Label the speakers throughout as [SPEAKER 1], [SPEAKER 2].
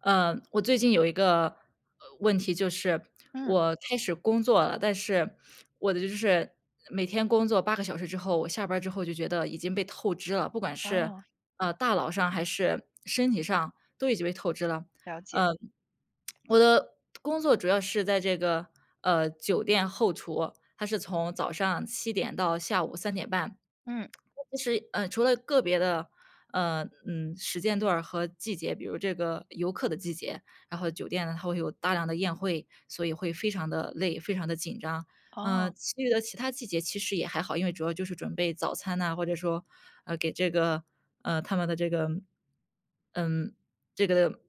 [SPEAKER 1] 我最近有一个问题，就是
[SPEAKER 2] 嗯，
[SPEAKER 1] 我开始工作了，但是我的就是每天工作8个小时之后，我下班儿之后就觉得已经被透支了，不管是
[SPEAKER 2] 哦，
[SPEAKER 1] 大脑上还是身体上，都已经被透支了。
[SPEAKER 2] 了解。
[SPEAKER 1] 呃，我的工作主要是在这个酒店后厨，它是从早上7点到下午3点半。
[SPEAKER 2] 嗯，
[SPEAKER 1] 其实，除了个别的时间段儿和季节，比如这个游客的季节，然后酒店呢，它会有大量的宴会，所以会非常的累，非常的紧张。
[SPEAKER 2] 哦，
[SPEAKER 1] 其余的其他季节其实也还好，因为主要就是准备早餐呐，或者说，给这个，他们的这个，嗯，这个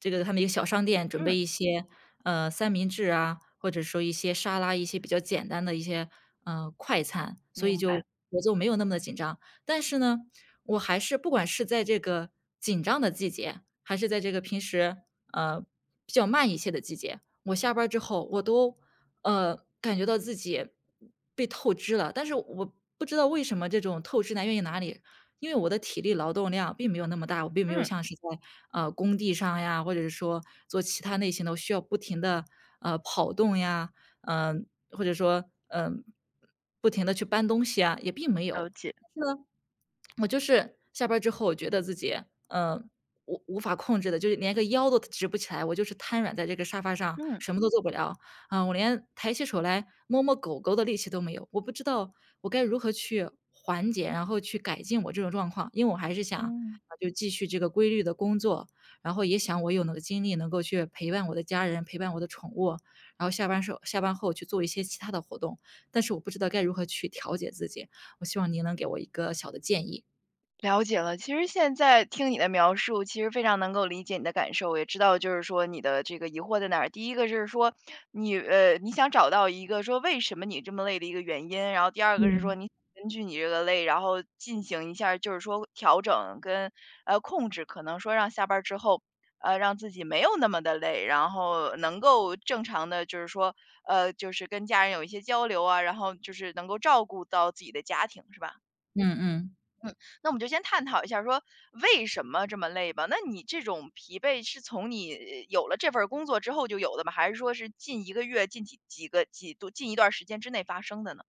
[SPEAKER 1] 这个他们一个小商店准备
[SPEAKER 2] 嗯，
[SPEAKER 1] 一些三明治啊，或者说一些沙拉，一些比较简单的一些，快餐，所以
[SPEAKER 2] 明白。
[SPEAKER 1] 就节奏没有那么的紧张。但是呢，我还是不管是在这个紧张的季节，还是在这个平时，呃，比较慢一些的季节，我下班儿之后我都，感觉到自己被透支了，但是我不知道为什么这种透支来源于哪里，因为我的体力劳动量并没有那么大，我并没有
[SPEAKER 2] 嗯，
[SPEAKER 1] 像是在，工地上呀，或者是说做其他类型的，我需要不停的跑动呀，嗯，或者说，不停的去搬东西啊，也并没有。
[SPEAKER 2] 了解。
[SPEAKER 1] 我就是下班儿之后，我觉得自己，嗯，无法控制的，就是连个腰都直不起来，我就是瘫软在这个沙发上，
[SPEAKER 2] 嗯，
[SPEAKER 1] 什么都做不了。啊，我连抬起手来摸摸狗狗的力气都没有，我不知道我该如何去缓解，然后去改进我这种状况。因为我还是想，
[SPEAKER 2] 嗯。
[SPEAKER 1] 就继续这个规律的工作，然后也想我有那个精力能够去陪伴我的家人，陪伴我的宠物，然后下班后去做一些其他的活动，但是我不知道该如何去调节自己，我希望您能给我一个小的建议。
[SPEAKER 2] 了解了，其实现在听你的描述，其实非常能够理解你的感受，我也知道就是说你的这个疑惑在哪儿。第一个就是说你想找到一个说为什么你这么累的一个原因，然后第二个是
[SPEAKER 1] 嗯。
[SPEAKER 2] 说你根据你这个累，然后进行一下儿就是说调整跟控制，可能说让下班儿之后让自己没有那么的累，然后能够正常的就是说就是跟家人有一些交流啊，然后就是能够照顾到自己的家庭，是吧？
[SPEAKER 1] 嗯嗯。
[SPEAKER 2] 嗯，那我们就先探讨一下说为什么这么累吧。那你这种疲惫是从你有了这份儿工作之后就有的吗？还是说是近一个月、近几几个几度、近一段时间之内发生的呢？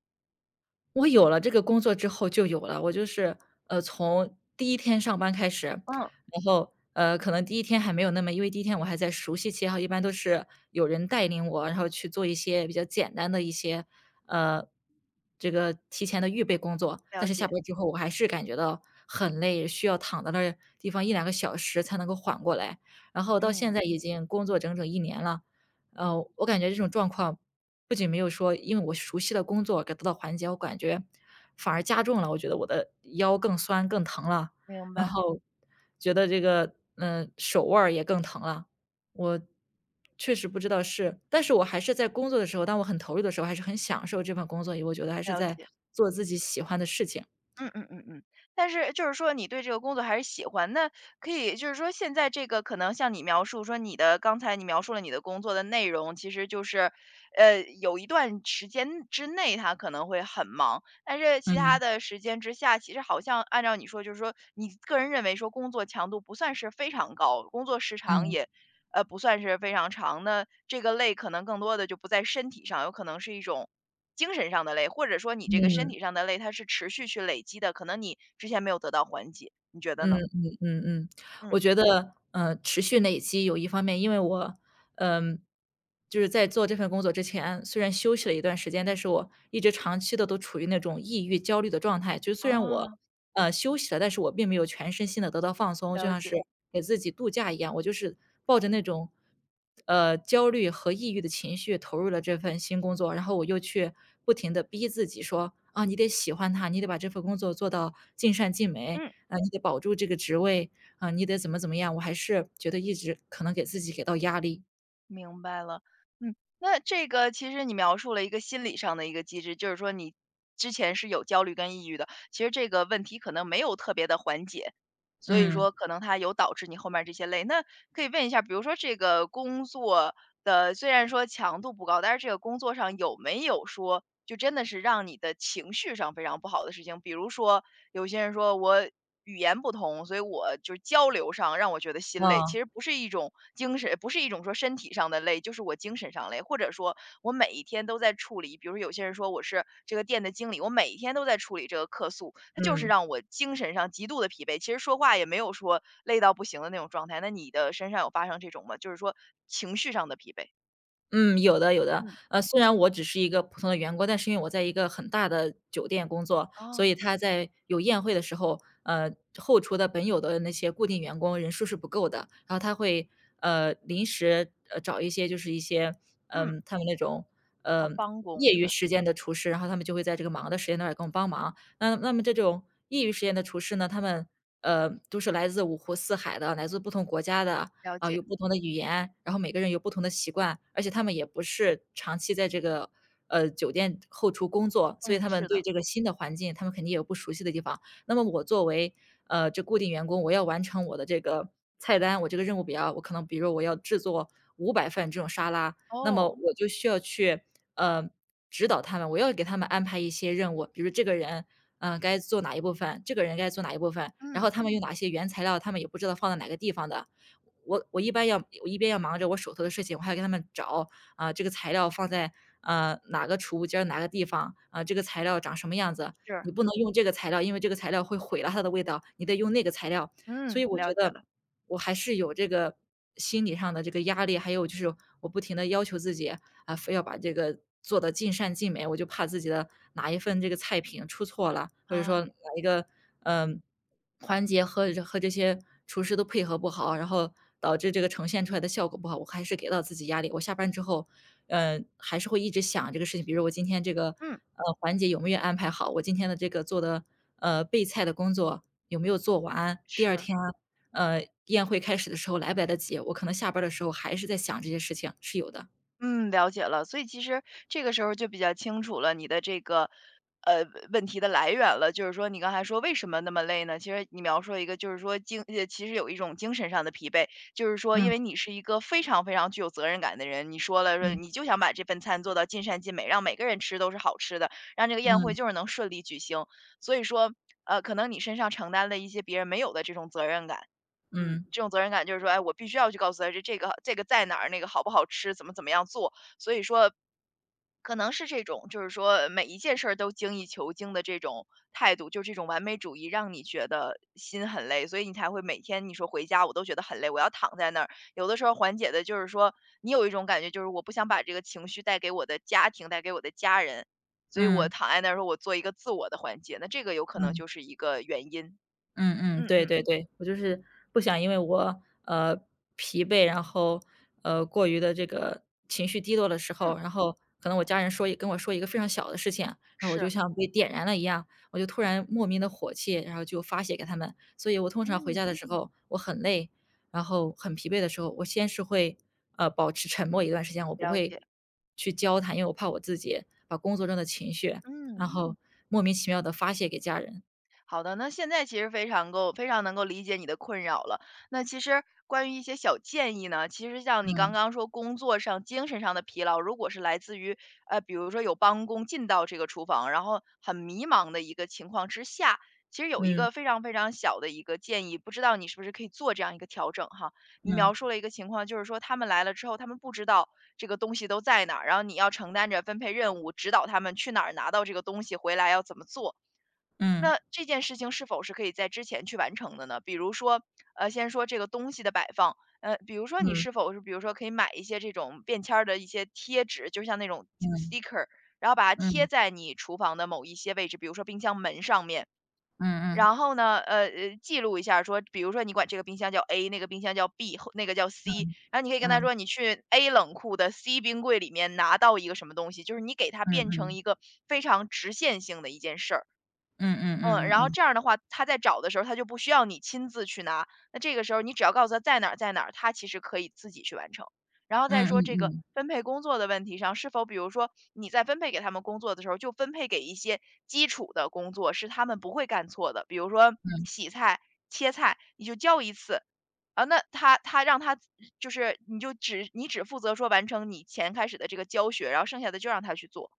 [SPEAKER 1] 我有了这个工作之后就有了，我就是，从第一天上班开始，
[SPEAKER 2] 嗯，
[SPEAKER 1] 然后，可能第一天还没有那么，因为第一天我还在熟悉期，然后一般都是有人带领我，然后去做一些比较简单的一些，呃，这个提前的预备工作。但
[SPEAKER 2] 了
[SPEAKER 1] 是下
[SPEAKER 2] 解，
[SPEAKER 1] 班之后我还是感觉到很累，需要躺在那儿地方一两个小时才能够缓过来。然后到现
[SPEAKER 2] 嗯，
[SPEAKER 1] 在已经工作整整1年了。我感觉这种状况不仅没有说因为我熟悉的工作给到的缓解，我感觉反而加重了，我觉得我的腰更酸更疼了，
[SPEAKER 2] 明
[SPEAKER 1] 然
[SPEAKER 2] 白，
[SPEAKER 1] 后觉得这个，手腕儿也更疼了。我确实不知道但是我还是在工作的时候，当我很投入的时候，还是很享受这份工作，因为我觉得还是
[SPEAKER 2] 了
[SPEAKER 1] 在
[SPEAKER 2] 解。
[SPEAKER 1] 做自己喜欢的事情。
[SPEAKER 2] 嗯嗯嗯嗯，但是就是说你对这个工作还是喜欢，那可以就是说现在这个可能像你描述说刚才你描述了你的工作的内容，其实就是，有一段时间之内他可能会很忙，但是其他
[SPEAKER 1] 嗯。
[SPEAKER 2] 的时间之下，其实好像按照你说，就是说你个人认为说工作强度不算是非常高，工作时长
[SPEAKER 1] 嗯。
[SPEAKER 2] 也，不算是非常长，那这个累可能更多的就不在身体上，有可能是一种精神上的累，或者说你这个
[SPEAKER 1] 嗯。
[SPEAKER 2] 身体上的累，它是持续去累积的，可能你之前没有得到缓解，你觉得
[SPEAKER 1] 嗯
[SPEAKER 2] 呢？
[SPEAKER 1] 嗯嗯嗯。我
[SPEAKER 2] 嗯
[SPEAKER 1] 觉得，持续累积有一方面，因为我，嗯，就是在做这份工作之前，虽然休息了一段时间，但是我一直长期的都处于那种抑郁、焦虑的状态。就是虽然我，
[SPEAKER 2] 哦，
[SPEAKER 1] 休息了，但是我并没有全身心的得到放松，就
[SPEAKER 2] 了
[SPEAKER 1] 像是
[SPEAKER 2] 解，
[SPEAKER 1] 给自己度假一样，我就是抱着那种，焦虑和抑郁的情绪投入了这份新工作。然后我又去不停的逼自己说：“啊，你得喜欢它，你得把这份工作做到尽善尽美。”
[SPEAKER 2] 嗯
[SPEAKER 1] 啊，你得保住这个职位，啊，你得怎么怎么样。我还是觉得一直可能给自己给到压力。
[SPEAKER 2] 明白了。嗯，那这个其实你描述了一个心理上的一个机制，就是说你之前是有焦虑跟抑郁的，其实这个问题可能没有特别的缓解，所以
[SPEAKER 1] 嗯。
[SPEAKER 2] 说可能它有导致你后面这些累。那可以问一下，比如说这个工作的虽然说强度不高，但是这个工作上有没有说就真的是让你的情绪上非常不好的事情？比如说有些人说我语言不通，所以我就交流上让我觉得心累，
[SPEAKER 1] 啊。
[SPEAKER 2] 其实不是一种精神，不是一种说身体上的累，就是我精神上累，或者说我每一天都在处理，比如有些人说我是这个店的经理，我每一天都在处理这个客诉，它就是
[SPEAKER 1] 嗯。
[SPEAKER 2] 让我精神上极度的疲惫。其实说话也没有说累到不行的那种状态，那你的身上有发生这种吗？就是说情绪上的疲惫？
[SPEAKER 1] 嗯，有的有的。
[SPEAKER 2] 嗯，
[SPEAKER 1] 虽然我只是一个普通的员工，但是因为我在一个很大的酒店工作，所
[SPEAKER 2] 哦，
[SPEAKER 1] 以他在有宴会的时候，后厨的本有的那些固定员工人数是不够的，然后他会，临时，找一些，就是一些，
[SPEAKER 2] 嗯，
[SPEAKER 1] 他们那种，呃，
[SPEAKER 2] 哦，帮工
[SPEAKER 1] 业
[SPEAKER 2] 是
[SPEAKER 1] 余
[SPEAKER 2] 吧？
[SPEAKER 1] 时间的厨师，然后他们就会在这个忙的时间段儿给我们帮忙。那么这种业余时间的厨师呢，他们，都是来自五湖四海的，来自不同国家的，
[SPEAKER 2] 了解，
[SPEAKER 1] 有不同的语言，然后每个人有不同的习惯，而且他们也不是长期在这个，酒店后厨工作，所以
[SPEAKER 2] 嗯，
[SPEAKER 1] 他们
[SPEAKER 2] 是
[SPEAKER 1] 对
[SPEAKER 2] 的，
[SPEAKER 1] 这个新的环境，他们肯定也有不熟悉的地方。那么我作为，这固定员工，我要完成我的这个菜单，我这个任务表，我可能比如我要制作500份这种沙拉，那么
[SPEAKER 2] 哦，
[SPEAKER 1] 我就需要去，呃，指导他们，我要给他们安排一些任务，比如这个人，该做哪一部分，这个人该做哪一部分，然
[SPEAKER 2] 嗯，
[SPEAKER 1] 后他们用哪些原材料，他们也不知道放在哪个地方的。我我一般要我一边要忙着我手头的事情，我还要跟他们找，这个材料放在，哪个储物间儿哪个地方，这个材料长什么样子，你
[SPEAKER 2] 是，
[SPEAKER 1] 不能用这个材料，因为这个材料会毁了它的味道，你得用那个材料。所以
[SPEAKER 2] 嗯，
[SPEAKER 1] 我觉
[SPEAKER 2] 了解
[SPEAKER 1] 得
[SPEAKER 2] 了，
[SPEAKER 1] 我还是有这个心理上的这个压力，还有就是我不停的要求自己，非要把这个做的尽善尽美，我就怕自己的哪一份这个菜品出错了，或者说
[SPEAKER 2] 啊，
[SPEAKER 1] 哪一个，嗯环节和这些厨师都配合不好，然后导致这个呈现出来的效果不好，我还是给到自己压力。我下班之后，还是会一直想这个事情，比如我今天这个，
[SPEAKER 2] 嗯，
[SPEAKER 1] 环节有没有安排好，我今天的这个做的，备菜的工作有没有做完，第二
[SPEAKER 2] 是。
[SPEAKER 1] 天宴会开始的时候来不来得及，我可能下班儿的时候还是在想这些事情，是有的。
[SPEAKER 2] 嗯，了解了。所以其实这个时候就比较清楚了你的这个，呃，问题的来源了。就是说，你刚才说为什么那么累呢？其实你描述一个，就是说其实有一种精神上的疲惫，就是说，因为
[SPEAKER 1] 嗯
[SPEAKER 2] 你是一个非常非常具有责任感的人，你说了说你
[SPEAKER 1] 嗯
[SPEAKER 2] 就想把这份餐做到尽善尽美，让每个人吃都是好吃的，让这个宴会
[SPEAKER 1] 嗯
[SPEAKER 2] 就是能顺利举行。所以说，可能你身上承担了一些别人没有的这种责任感。嗯，
[SPEAKER 1] 嗯
[SPEAKER 2] 这种责任感就是说，哎，我必须要去告诉他这个在哪儿，那个好不好吃，怎么样做。所以说，可能是这种，就是说每一件事儿都精益求精的这种态度，就这种完美主义，让你觉得心很累，所以你才会每天你说回家我都觉得很累，我要躺在那儿。有的时候缓解的就是说，你有一种感觉就是我不想把这个情绪带给我的家庭，带给我的家人，所以我
[SPEAKER 1] 嗯
[SPEAKER 2] 躺在那儿说我做一个自我的缓解，那这个有可能就
[SPEAKER 1] 嗯。
[SPEAKER 2] 是一个原因。
[SPEAKER 1] 嗯嗯，
[SPEAKER 2] 嗯
[SPEAKER 1] 对
[SPEAKER 2] 嗯
[SPEAKER 1] 对对，我就是不想因为我，疲惫，然后，过于的这个情绪低落的时
[SPEAKER 2] 嗯，
[SPEAKER 1] 候，然后可能我家人跟我说一个非常小的事情，然后我就
[SPEAKER 2] 是，
[SPEAKER 1] 像被点燃了一样，我就突然莫名的火气，然后就发泄给他们。所以我通常回家
[SPEAKER 2] 嗯，
[SPEAKER 1] 的时候，我很累，然后很疲惫的时候，我先是会，保持沉默一段时间，我不
[SPEAKER 2] 了
[SPEAKER 1] 会
[SPEAKER 2] 解。
[SPEAKER 1] 去交谈，因为我怕我自己把工作中的情绪，然
[SPEAKER 2] 嗯，
[SPEAKER 1] 后莫名其妙的发泄给家人。
[SPEAKER 2] 好的，那现在其实非常能够理解你的困扰了。那其实关于一些小建议呢，其实像你刚
[SPEAKER 1] 嗯。
[SPEAKER 2] 刚说工作上、精神上的疲劳，如果是来自于，比如说有帮工进到这个厨房，然后很迷茫的一个情况之下，其实有一
[SPEAKER 1] 嗯。
[SPEAKER 2] 个非常非常小的一个建议，不知道你是不是可以做这样一个调整哈？你
[SPEAKER 1] 嗯。
[SPEAKER 2] 描述了一个情况，就是说他们来了之后，他们不知道这个东西都在哪儿，然后你要承担着分配任务，指导他们去哪儿拿到这个东西，回来要怎么做。
[SPEAKER 1] 嗯。
[SPEAKER 2] 那这件事情是否是可以在之前去完成的呢？比如说，先说这个东西的摆放，比如说你
[SPEAKER 1] 嗯。
[SPEAKER 2] 是否是比如说可以买一些这种便签儿的一些贴纸，就像那种
[SPEAKER 1] 嗯。
[SPEAKER 2] sticker，然后把它贴
[SPEAKER 1] 嗯。
[SPEAKER 2] 在你厨房的某一些位置，比如说冰箱门上面。
[SPEAKER 1] 嗯嗯。
[SPEAKER 2] 然后呢，记录一下说，比如说你管这个冰箱叫 A，那个冰箱叫 B，后那个叫 C，然后你可以跟他
[SPEAKER 1] 嗯。
[SPEAKER 2] 说，你去 A 冷库的 C 冰柜里面拿到一个什么东西，就是你给它
[SPEAKER 1] 嗯
[SPEAKER 2] 变成
[SPEAKER 1] 嗯。
[SPEAKER 2] 一个非常直线性的一件事儿。
[SPEAKER 1] 嗯嗯
[SPEAKER 2] 嗯，
[SPEAKER 1] 嗯嗯
[SPEAKER 2] 然后
[SPEAKER 1] 嗯。
[SPEAKER 2] 这样的话，他在找的时候，他就不需要你亲自去拿。那这个时候你只要告诉他在哪儿在哪儿，他其实可以自己去完成。然后再
[SPEAKER 1] 嗯嗯
[SPEAKER 2] 说这个
[SPEAKER 1] 嗯。
[SPEAKER 2] 分配工作的问题上，是否比如说你在分配给他们工作的时候，就分配给一些基础的工作，是他们不会干错的，比如说
[SPEAKER 1] 嗯。
[SPEAKER 2] 洗菜、切菜，你就教一次。啊，那他他让他就是你只负责说完成你前开始的这个教学，然后剩下的就让他去做。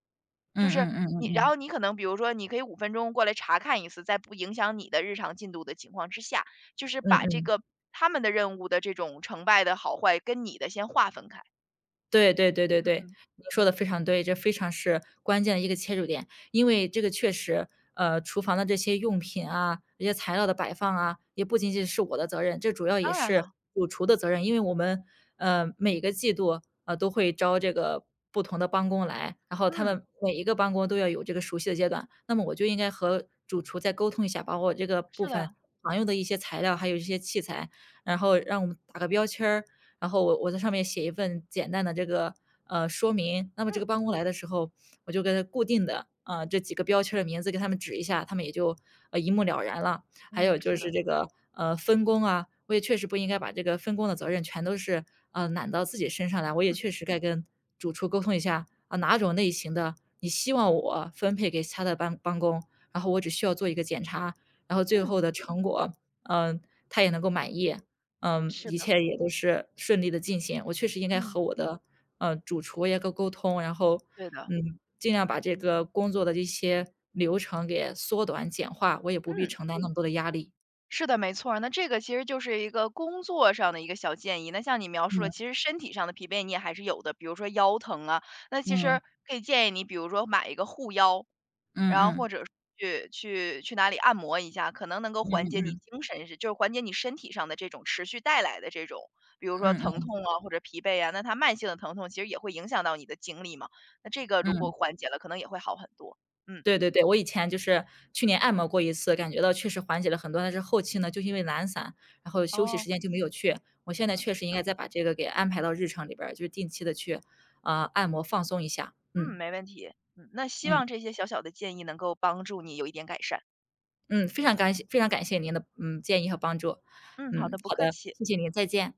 [SPEAKER 2] 就
[SPEAKER 1] 嗯
[SPEAKER 2] 是
[SPEAKER 1] 嗯嗯
[SPEAKER 2] 你
[SPEAKER 1] 嗯
[SPEAKER 2] 然
[SPEAKER 1] 嗯。
[SPEAKER 2] 后你可能比如说你可以5分钟过来查看一次，在不影响你的日常进度的情况之下，就是
[SPEAKER 1] 嗯
[SPEAKER 2] 把这
[SPEAKER 1] 嗯。
[SPEAKER 2] 个他们的任务的这种成败的好坏跟你的先划分开。
[SPEAKER 1] 对对对对对，
[SPEAKER 2] 嗯，
[SPEAKER 1] 你说的非常对，这非常是关键的一个切入点。因为这个确实，厨房的这些用品啊，这些材料的摆放啊，也不仅仅是我的责任，这主要也
[SPEAKER 2] 当然
[SPEAKER 1] 是
[SPEAKER 2] 了，
[SPEAKER 1] 主厨的责任。因为我们，每个季度，都会招这个不同的帮工来，然后他
[SPEAKER 2] 嗯，
[SPEAKER 1] 们每一个帮工都要有这个熟悉的阶段，那么我就应该和主厨再沟通一下，把我这个部
[SPEAKER 2] 是
[SPEAKER 1] 分
[SPEAKER 2] 的，
[SPEAKER 1] 常用的一些材料，还有一些器材，然后让我们打个标签儿，然后我在上面写一份简单的这个说明。那么这
[SPEAKER 2] 嗯，
[SPEAKER 1] 个帮工来的时候，我就给它固定的这几个标签儿的名字给他们指一下，他们也就一目了然了。还有
[SPEAKER 2] 嗯，
[SPEAKER 1] 就
[SPEAKER 2] 是
[SPEAKER 1] 是
[SPEAKER 2] 的，
[SPEAKER 1] 这个分工啊，我也确实不应该把这个分工的责任全都是揽到自己身上来，我也
[SPEAKER 2] 嗯，
[SPEAKER 1] 确实该跟主厨沟通一下啊，哪种类型的你希望我分配给其他的帮工，然后我只需要做一个检查，然后最
[SPEAKER 2] 嗯，
[SPEAKER 1] 后的成果，嗯、他也能够满意。嗯，
[SPEAKER 2] 是
[SPEAKER 1] 一切
[SPEAKER 2] 的，
[SPEAKER 1] 也都是顺利的进行。我确实应该
[SPEAKER 2] 嗯，
[SPEAKER 1] 和我的，主厨也沟通，然后，
[SPEAKER 2] 对的，
[SPEAKER 1] 嗯，尽量把这个工作的一些流程给缩短简化，我也不必
[SPEAKER 2] 嗯，
[SPEAKER 1] 承担那么多的压力。
[SPEAKER 2] 是的，没错儿。那这个其实就是一个工作上的一个小建议，那像你描述
[SPEAKER 1] 嗯。
[SPEAKER 2] 的，其实身体上的疲惫你也还是有的，比如说腰疼啊，那其
[SPEAKER 1] 嗯。
[SPEAKER 2] 实可以建议你比如说买一个护腰。然后
[SPEAKER 1] 嗯嗯。
[SPEAKER 2] 或者去哪里按摩一下，可能能够缓解你精神是就是缓解你身体上的这种持续带来的这种，比如说
[SPEAKER 1] 嗯
[SPEAKER 2] 疼
[SPEAKER 1] 嗯
[SPEAKER 2] 痛啊或者疲惫啊，那它慢性的疼痛其实也会影响到你的精力嘛，那这个如果
[SPEAKER 1] 嗯。
[SPEAKER 2] 缓解了，可能也会好很多。嗯，
[SPEAKER 1] 对对对，我以前就是去年按摩过一次，感觉到确实缓解了很多，但是后期呢，就因为懒散，然后休息时
[SPEAKER 2] 哦，
[SPEAKER 1] 间就没有去。我现在
[SPEAKER 2] 嗯，
[SPEAKER 1] 确实应该再把这个给安排到日程里边儿，就是定期的去按摩放松一下。
[SPEAKER 2] 嗯，
[SPEAKER 1] 嗯。
[SPEAKER 2] 没问题，嗯，那希
[SPEAKER 1] 嗯。
[SPEAKER 2] 望这些小小的建议能够帮助你有一点改善。
[SPEAKER 1] 嗯，非常感谢非常感谢您的，建议和帮助。
[SPEAKER 2] 嗯，好
[SPEAKER 1] 嗯，
[SPEAKER 2] 的，不
[SPEAKER 1] 好
[SPEAKER 2] 客
[SPEAKER 1] 的，
[SPEAKER 2] 气。
[SPEAKER 1] 谢谢您，再见。